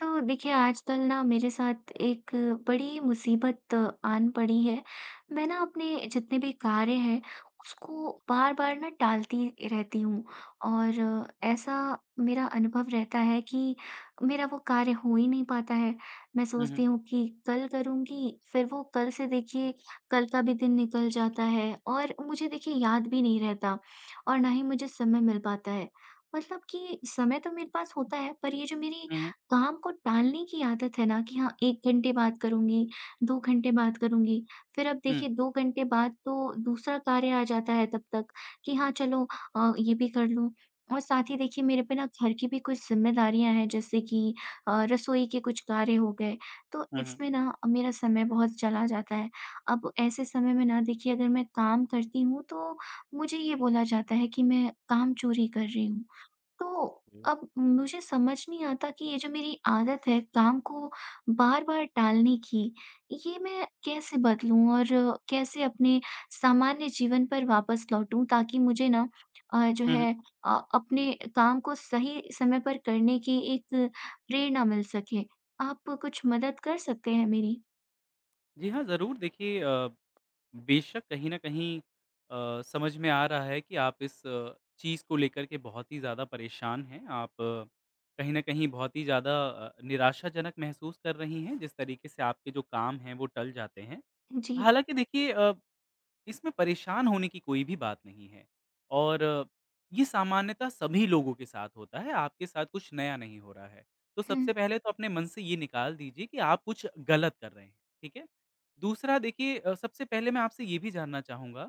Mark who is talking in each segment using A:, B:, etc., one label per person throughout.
A: तो देखिए आजकल ना मेरे साथ एक बड़ी मुसीबत आन पड़ी है। मैं ना अपने जितने भी कार्य हैं उसको बार-बार ना टालती रहती हूँ और ऐसा मेरा अनुभव रहता है कि मेरा वो कार्य हो ही नहीं पाता है। मैं
B: हुँ, हुँ।
A: सोचती हूँ कि कल करूँगी, फिर वो कल से देखिए कल का भी दिन निकल जाता है और मुझे देखिए याद भी नहीं रहता और ना ही मुझे समय मिल पाता है। मतलब कि समय तो मेरे पास होता है, पर ये जो मेरी
B: हुँ, हुँ।
A: काम को टालने की आदत है ना कि हाँ, 1 घंटे बाद करूँगी, 2 घंटे बाद करूँगी। फिर अब
B: हुँ,
A: देखिए 2 घंटे बाद तो दूसरा कार्य आ जाता है, तब तक कि हाँ चलो, ये भी कर लूँ। और साथ ही देखिए मेरे पे ना घर की भी कुछ ज़िम्मेदारियाँ हैं, जैसे कि रसोई के कुछ कार्य हो गए, तो
B: हुँ, हुँ।
A: इसमें ना मेरा समय बहुत चला जाता है। अब ऐसे समय में ना देखिए अगर मैं काम करती हूँ तो मुझे ये बोला जाता है कि मैं काम चोरी कर रही हूँ। तो
B: हुँ।
A: अब मुझे समझ नहीं आता कि ये जो मेरी आदत है काम को बार-बार टालने की, ये मैं कैसे बदलूँ और कैसे अपने सामान्य जीवन पर वापस लौटूँ, ताकि मुझे ना जो
B: हुँ, हुँ।
A: है अपने काम को सही समय पर करने की एक प्रेरणा मिल सके। आप कुछ मदद कर सकते हैं मेरी?
B: जी हाँ, ज़रूर देखिए बेशक कहीं न कहीं समझ में आ रहा है कि आप इस चीज़ को लेकर के बहुत ही ज़्यादा परेशान हैं। आप कहीं न कहीं बहुत ही ज़्यादा निराशाजनक महसूस कर रही हैं, जिस तरीके से आपके जो काम हैं, वो टल जाते हैं।
A: जी।
B: हालाँकि देखिए इसमें परेशान होने की कोई भी बात नहीं है और ये सामान्यतः सभी लोगों के साथ होता है, आपके साथ कुछ नया नहीं हो रहा है। तो
A: हुँ,
B: सबसे पहले तो अपने मन से ये निकाल दीजिए कि आप कुछ गलत कर रहे हैं, ठीक है? दूसरा देखिए सबसे पहले मैं आपसे ये भी जानना चाहूँगा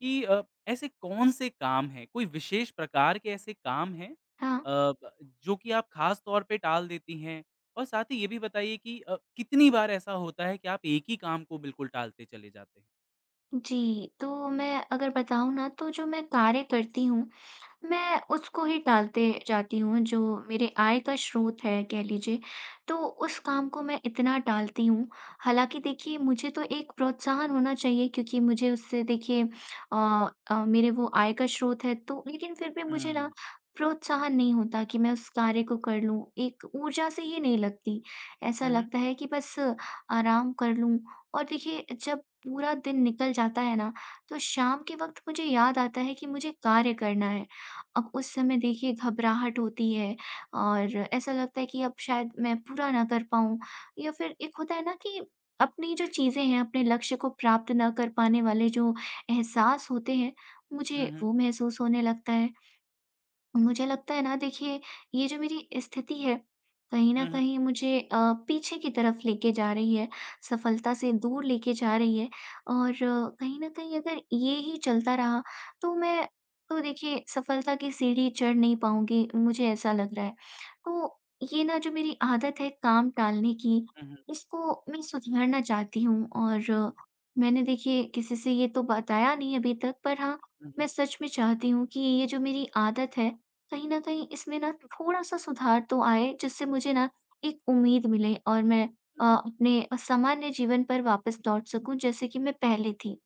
B: कि ऐसे कौन-से काम हैं, कोई विशेष प्रकार के ऐसे काम हैं
A: हाँ।
B: ब जो कि आप ख़ास तौर पे टाल देती हैं? और साथ ही ये भी बताइए कि कितनी बार ऐसा होता है कि आप एक ही काम को बिल्कुल टालते चले जाते हैं?
A: जी, तो मैं अगर बताऊँ ना तो जो मैं कार्य करती हूँ, मैं उसको ही टालते जाती हूँ, जो मेरे आय का स्रोत है कह लीजिए, तो उस काम को मैं इतना टालती हूँ। हालाँकि देखिए मुझे तो एक प्रोत्साहन होना चाहिए, क्योंकि मुझे उससे देखिए मेरे वो आय का स्रोत है, तो लेकिन फिर भी मुझे ना
B: हुँ।
A: प्रोत्साहन नहीं होता कि मैं उस कार्य को कर लूँ, एक ऊर्जा से ही नहीं लगती। ऐसा
B: हुँ, हुँ।
A: लगता है कि बस आराम कर लूँ। और देखिए जब पूरा दिन निकल जाता है ना, तो शाम के वक़्त मुझे याद आता है कि मुझे कार्य करना है। अब उस समय देखिए घबराहट होती है और ऐसा लगता है कि अब शायद मैं पूरा ना कर पाऊँ, या फिर एक होता है ना कि अपनी जो चीज़ें हैं, अपने लक्ष्य को प्राप्त ना कर पाने वाले जो एहसास होते हैं, मुझे
B: हुँ, हुँ।
A: वो महसूस होने लगता है। मुझे लगता है ना देखिए ये जो मेरी स्थिति है, कहीं न
B: हुँ, हुँ।
A: कहीं मुझे पीछे की तरफ लेके जा रही है, सफलता से दूर लेके जा रही है और कहीं न कहीं अगर ये ही चलता रहा तो मैं तो देखिए सफलता की सीढ़ी चढ़ नहीं पाऊँगी, मुझे ऐसा लग रहा है। तो ये ना जो मेरी आदत है काम टालने की,
B: हुँ, हुँ।
A: इसको मैं सुधारना चाहती हूँ और मैंने देखिए किसी से ये तो बताया नहीं अभी तक, पर हाँ,
B: हुँ,
A: मैं
B: हुँ।
A: सच में चाहती हूँ कि ये जो मेरी आदत है, कहीं न कहीं इसमें ना थोड़ा-सा सुधार तो आए, जिससे मुझे ना एक उम्मीद मिले और मैं
B: हुँ, हुँ।
A: अपने सामान्य जीवन पर वापस लौट सकूँ, जैसे कि मैं पहले थी।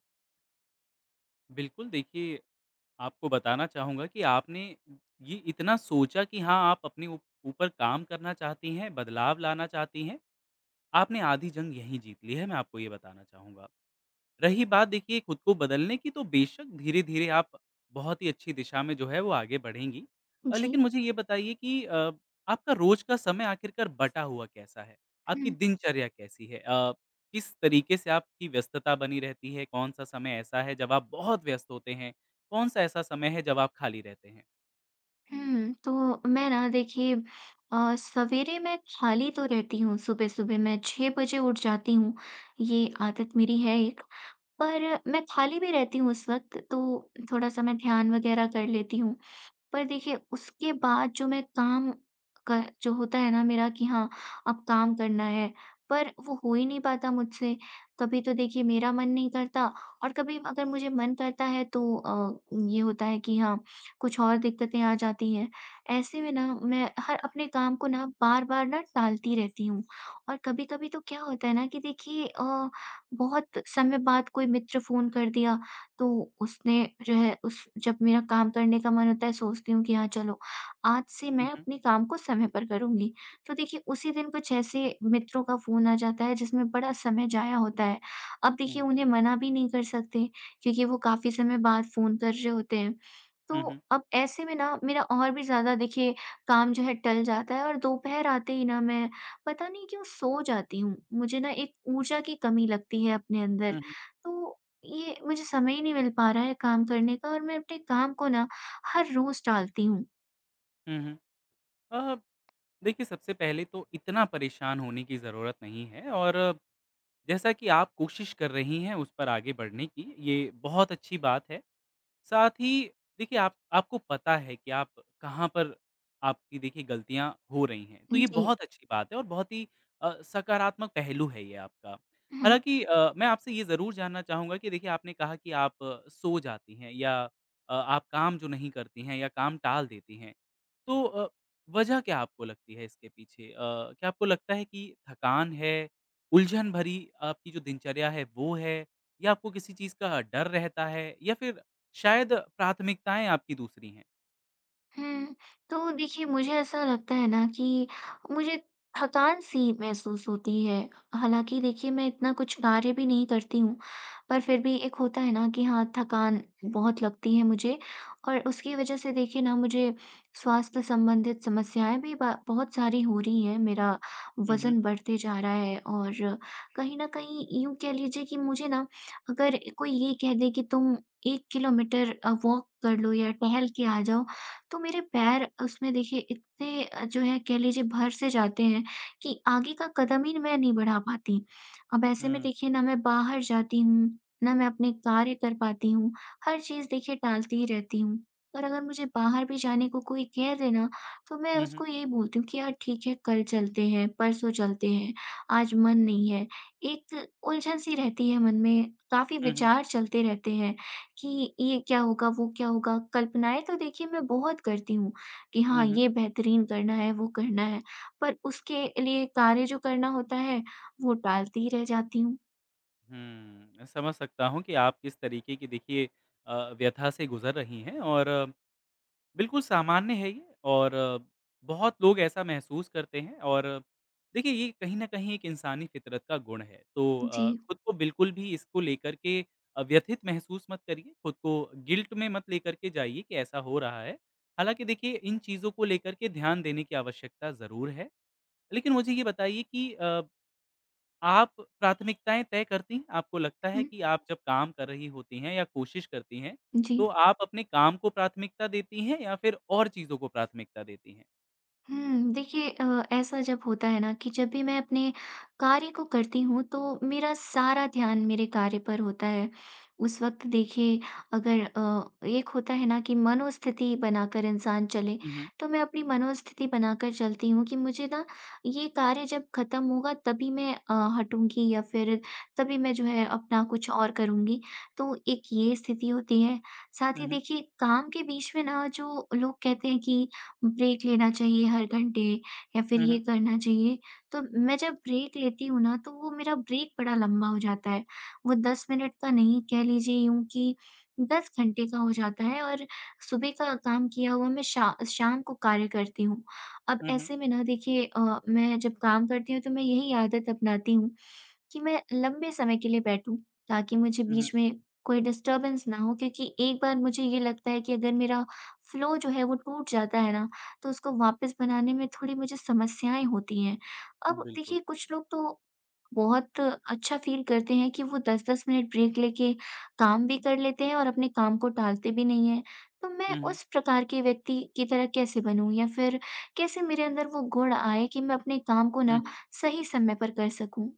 B: बिल्कुल, देखिए आपको बताना चाहूँगा कि आपने ये इतना सोचा कि हाँ, आप अपने ऊ ऊपर काम करना चाहती हैं, बदलाव लाना चाहती हैं, आपने आधी जंग यहीं जीत ली है, मैं आपको ये बताना चाहूँगा। रही बात देखिए खुद को बदलने की तो बेशक धीरे-धीरे आप बहुत ही अच्छी दिशा में जो है वो आगे बढ़ेंगी।
A: जी।
B: लेकिन मुझे ये बताइए कि आपका रोज़ का समय आखिरकार बँटा हुआ कैसा है? आपकी
A: हुँ,
B: दिनचर्या कैसी है? किस तरीके से आपकी व्यस्तता बनी रहती है? कौन-सा समय ऐसा है जब आप बहुत व्यस्त होते हैं? कौन-सा ऐसा समय है जब आप खाली रहते हैं?
A: हुँ। तो मैं ना देखिए सवेरे मैं खाली तो रहती हूँ, सुबह-सुबह मैं 6 बजे उठ जाती हूँ, ये आदत मेरी है एक। पर मैं खाली भी रहती हूँ उस वक़्त, तो थोड़ा-सा मैं ध्यान वग़ैरह कर लेती हूँ। पर देखिए उसके बाद जो मैं काम क जो होता है ना मेरा कि हाँ, अब काम करना है, पर वो हो ही नहीं पाता मुझसे। कभी तो देखिए मेरा मन नहीं करता और कभी अगर मुझे मन करता है तो ये होता है कि हाँ, कुछ और दिक्कतें आ जाती हैं। ऐसे में ना मैं हर अपने काम को ना बार-बार ना टालती रहती हूँ और कभी-कभी तो क्या होता है ना कि देखिए बहुत समय बाद कोई मित्र फ़ोन कर दिया, तो उसने जो है उस जब मेरा काम करने का मन होता है, सोचती हूँ कि हाँ चलो, आज से
B: हुँ,
A: मैं
B: हुँ।
A: अपने काम को समय पर करूँगी। तो देखिए उसी दिन कुछ ऐसे मित्रों का फ़ोन आ जाता है, जिसमें बड़ा समय ज़ाया होता है। अब देखिए
B: हुँ।
A: उन्हें मना भी नहीं कर सकते क्योंकि वो काफ़ी समय बाद फ़ोन कर रहे होते हैं। तो
B: हुँ, हुँ।
A: अब ऐसे में ना मेरा और भी ज़्यादा देखिए काम जो है टल जाता है और दोपहर आते ही ना मैं पता नहीं क्यों सो जाती हूँ। मुझे ना एक ऊर्जा की कमी लगती है अपने अंदर।
B: हुँ, हुँ।
A: तो ये मुझे समय ही नहीं मिल पा रहा है काम करने का और मैं अपने काम को ना हर रोज़ टालती हूँ।
B: हुँ, हुँ। अ, देखिए सबसे पहले तो इतना परेशान होने की ज़रूरत नहीं है और जैसा कि आप कोशिश कर रही हैं उस पर आगे बढ़ने की, ये बहुत अच्छी बात है। साथ ही देखिए आप आपको पता है कि आप कहाँ पर आपकी देखिए गलतियाँ हो रही हैं, तो ये
A: जी।
B: बहुत अच्छी बात है और बहुत ही सकारात्मक पहलू है ये आपका। हालाँकि मैं आपसे ये ज़रूर जानना चाहूँगा कि देखिए आपने कहा कि आप सो जाती हैं या आप काम जो नहीं करती हैं या काम टाल देती हैं, तो वजह क्या आपको लगती है इसके पीछे? क्या आपको लगता है कि थकान है, उलझन भरी आपकी जो दिनचर्या है वो है या आपको किसी चीज़ का डर रहता है या फिर शायद प्राथमिकताएँ आपकी दूसरी हैं।
A: हुँ। तो देखिए, मुझे ऐसा लगता है ना कि मुझे थकान-सी महसूस होती है। हालाँकि देखिए, मैं इतना कुछ कार्य भी नहीं करती हूँ, पर फिर भी एक होता है ना कि हाँ, थकान बहुत लगती है मुझे और उसकी वजह से देखिए ना मुझे स्वास्थ्य संबंधित समस्याएँ भी ब बहुत सारी हो रही हैं। मेरा
B: हुँ, हुँ।
A: वज़न बढ़ते जा रहा है और कहीं न कहीं यूँ कह लीजिए कि मुझे ना अगर कोई ये कह दे कि तुम 1 किलोमीटर वॉक कर लो या टहल के आ जाओ, तो मेरे पैर उसमें देखिए इतने जो है कह लीजिए भर से जाते हैं कि आगे का कदम ही मैं नहीं बढ़ा पाती। अब ऐसे में
B: हुँ।
A: देखिए ना मैं बाहर जाती हूँ, ना मैं अपने कार्य कर पाती हूँ, हर चीज़ देखिए टालती ही रहती हूँ। और अगर मुझे बाहर भी जाने को कोई कह दे ना, तो मैं
B: हुँ, हुँ।
A: उसको यही बोलती हूँ कि यार ठीक है, कल चलते हैं, परसों चलते हैं, आज मन नहीं है। एक उलझन सी रहती है मन में, काफ़ी
B: हुँ, हुँ।
A: विचार चलते रहते हैं। कि ये क्या होगा, वो क्या होगा? कल्पनाएँ तो देखिए मैं बहुत करती हूँ, कि
B: हुँ,
A: हाँ,
B: हुँ।
A: ये बेहतरीन करना है, वो करना है, पर उसके लिए कार्य जो करना होता है, वो टालती ही रह जाती हूँ।
B: हुँ, समझ सकता हूँ कि आप किस तरीके की देखिए व्यथा से गुज़र रही हैं और बिल्कुल सामान्य है ये और बहुत लोग ऐसा महसूस करते हैं और देखिए ये कहीं न कहीं एक इंसानी फ़ितरत का गुण है। तो
A: जी।
B: खुद को बिल्कुल भी इसको लेकर के व्यथित महसूस मत करिए, खुद को गिल्ट में मत लेकर के जाइए कि ऐसा हो रहा है। हालाँकि देखिए इन चीज़ों को लेकर के ध्यान देने की आवश्यकता ज़रूर है। लेकिन मुझे ये बताइए कि आप प्राथमिकताएँ तय करती हैं? आपको लगता है
A: हुँ,
B: कि आप जब काम कर रही होती हैं या कोशिश करती हैं,
A: जी।
B: तो आप अपने काम को प्राथमिकता देती हैं या फिर और चीज़ों को प्राथमिकता देती हैं?
A: हुँ, देखिए ऐसा जब होता है ना कि जब भी मैं अपने कार्य को करती हूँ, तो मेरा सारा ध्यान मेरे कार्य पर होता है। उस वक़्त देखिए अगर एक होता है ना कि मनोस्थिति बनाकर इंसान चले,
B: हुँ, हुँ।
A: तो मैं अपनी मनोस्थिति बनाकर चलती हूँ कि मुझे ना ये कार्य जब ख़त्म होगा तभी मैं हटूँगी, या फिर तभी मैं जो है अपना कुछ और करूँगी। तो एक ये स्थिति होती है, साथ
B: हुँ,
A: ही
B: हुँ।
A: देखिए काम के बीच में ना जो लोग कहते हैं कि ब्रेक लेना चाहिए हर घंटे या फिर
B: हुँ,
A: ये
B: हुँ।
A: करना चाहिए। तो मैं जब ब्रेक लेती हूँ ना, तो वो मेरा ब्रेक बड़ा लंबा हो जाता है। वो 10 मिनट का नहीं, कह लीजिए यूँ कि 10 घंटे का हो जाता है और सुबह का काम किया हुआ मैं शा शाम को कार्य करती हूँ। अब
B: हुँ, हुँ।
A: ऐसे में ना देखिए मैं जब काम करती हूँ, तो मैं यही आदत अपनाती हूँ कि मैं लंबे समय के लिए बैठूँ, ताकि मुझे
B: हुँ, हुँ।
A: बीच में कोई डिस्टर्बेंस ना हो, क्योंकि एक बार मुझे ये लगता है कि अगर मेरा फ़्लो जो है वो टूट जाता है ना, तो उसको वापस बनाने में थोड़ी मुझे समस्याएँ होती हैं। अब
B: बिल्कुल।
A: देखिए कुछ लोग तो बहुत अच्छा फ़ील करते हैं कि वो 10-10 मिनट ब्रेक लेके काम भी कर लेते हैं और अपने काम को टालते भी नहीं हैं। तो मैं
B: हुँ, हुँ।
A: उस प्रकार के व्यक्ति की तरह कैसे बनूँ या फिर कैसे मेरे अंदर वो गुण आए कि मैं अपने काम को
B: हुँ,
A: ना
B: हुँ।
A: सही समय पर कर सकूँ?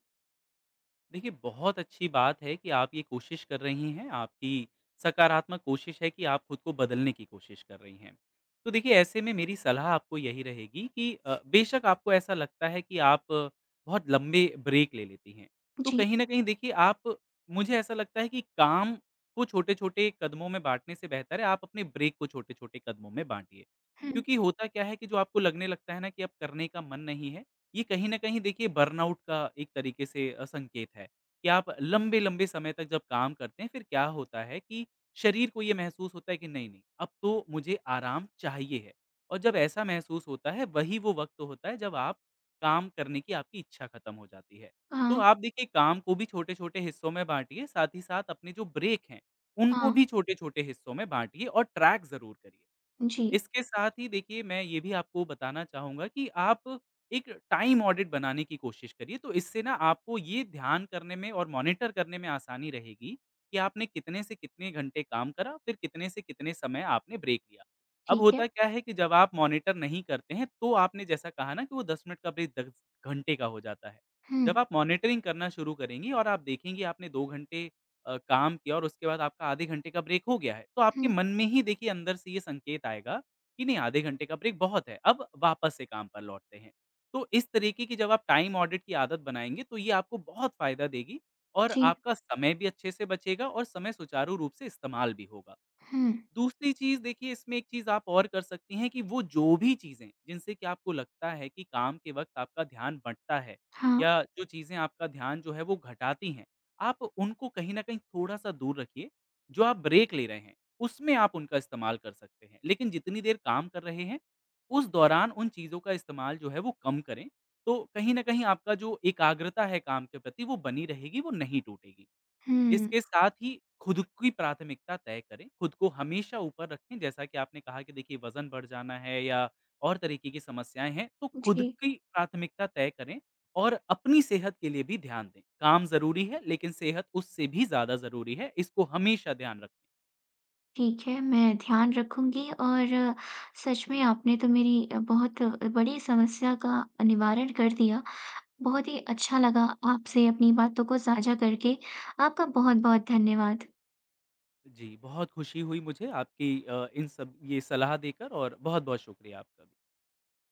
B: देखिए, बहुत अच्छी बात है कि आप ये कोशिश कर रही हैं, आपकी सकारात्मक कोशिश है कि आप खुद को बदलने की कोशिश कर रही हैं। तो देखिए, ऐसे में मेरी सलाह आपको यही रहेगी कि बेशक आपको ऐसा लगता है कि आप बहुत लंबे ब्रेक ले लेती हैं, तो
A: जी।
B: कहीं न कहीं देखिए आप मुझे ऐसा लगता है कि काम को छोटे-छोटे कदमों में बाँटने से बेहतर है, आप अपने ब्रेक को छोटे-छोटे कदमों में बाँटिए।
A: हुँ,
B: क्योंकि होता क्या है कि जो आपको लगने लगता है ना कि अब करने का मन नहीं है, ये कहीं न कहीं देखिए बर्नआउट का एक तरीके से संकेत है कि आप लंबे-लंबे समय तक जब काम करते हैं, फिर क्या होता है कि शरीर को ये महसूस होता है कि नहीं, नहीं, अब तो मुझे आराम चाहिए है और जब ऐसा महसूस होता है, वही वो वक़्त होता है जब आप काम करने की आपकी इच्छा खत्म हो जाती है। तो
A: हाँ,
B: आप देखिए काम को भी छोटे-छोटे हिस्सों में बाँटिए, साथ ही साथ अपने जो ब्रेक हैं, उनको
A: हाँ,
B: भी छोटे-छोटे हिस्सों में बाँटिए और ट्रैक ज़रूर करिए।
A: जी,
B: इसके साथ ही देखिए मैं ये भी आपको बताना चाहूँगा कि आप एक टाइम ऑडिट बनाने की कोशिश करिए, तो इससे ना आपको ये ध्यान करने में और मॉनिटर करने में आसानी रहेगी कि आपने कितने से कितने घंटे काम करा, फिर कितने से कितने समय आपने ब्रेक लिया। अब
A: ठीक है।
B: होता क्या है कि जब आप मॉनिटर नहीं करते हैं, तो आपने जैसा कहा ना कि वो 10 मिनट का ब्रेक 10 घंटे का हो जाता है।
A: हुँ,
B: जब आप मॉनिटरिंग करना शुरू करेंगी और आप देखेंगी आपने 2 घंटे काम किया और उसके बाद आपका आधे घंटे का ब्रेक हो गया है, तो आपके
A: हुँ,
B: मन में ही देखिए अंदर से ये संकेत आएगा कि नहीं आधे घंटे का ब्रेक बहुत है, अब वापस से काम पर लौटते हैं। तो इस तरीके की जब आप टाइम ऑडिट की आदत बनाएँगे तो ये आपको बहुत फ़ायदा देगी और
A: जी,
B: आपका समय भी अच्छे से बचेगा और समय सुचारू रूप से इस्तेमाल भी होगा।
A: हुँ,
B: दूसरी चीज़ देखिए इसमें एक चीज़ आप और कर सकती हैं कि वो जो भी चीज़ें जिनसे कि आपको लगता है कि काम के वक़्त आपका ध्यान बँटता है
A: हाँ,
B: या जो चीज़ें आपका ध्यान जो है वो घटाती हैं, आप उनको कहीं न कहीं थोड़ा-सा दूर रखिए। जो आप ब्रेक ले रहे हैं, उसमें आप उनका इस्तेमाल कर सकते हैं। लेकिन जितनी देर काम कर रहे हैं, उस दौरान उन चीज़ों का इस्तेमाल जो है वो कम करें। तो कहीं न कहीं आपका जो एकाग्रता है काम के प्रति वो बनी रहेगी, वो नहीं टूटेगी।
A: हुँ,
B: इसके साथ ही खुद की प्राथमिकता तय करें, खुद को हमेशा ऊपर रखें, जैसा कि आपने कहा कि देखिए वज़न बढ़ जाना है या और तरीके की समस्याएँ हैं, तो खुद
A: जी,
B: की प्राथमिकता तय करें और अपनी सेहत के लिए भी ध्यान दें। काम ज़रूरी है, लेकिन सेहत उससे भी ज़्यादा ज़रूरी है, इसको हमेशा ध्यान रखें।
A: ठीक है, मैं ध्यान रखूँगी और सच में आपने तो मेरी बहुत बड़ी समस्या का निवारण कर दिया। बहुत ही अच्छा लगा आपसे अपनी बातों को साझा करके। आपका बहुत-बहुत धन्यवाद।
B: जी, बहुत खुशी हुई मुझे आपकी इन सब ये सलाह देकर और बहुत-बहुत शुक्रिया आपका। भी।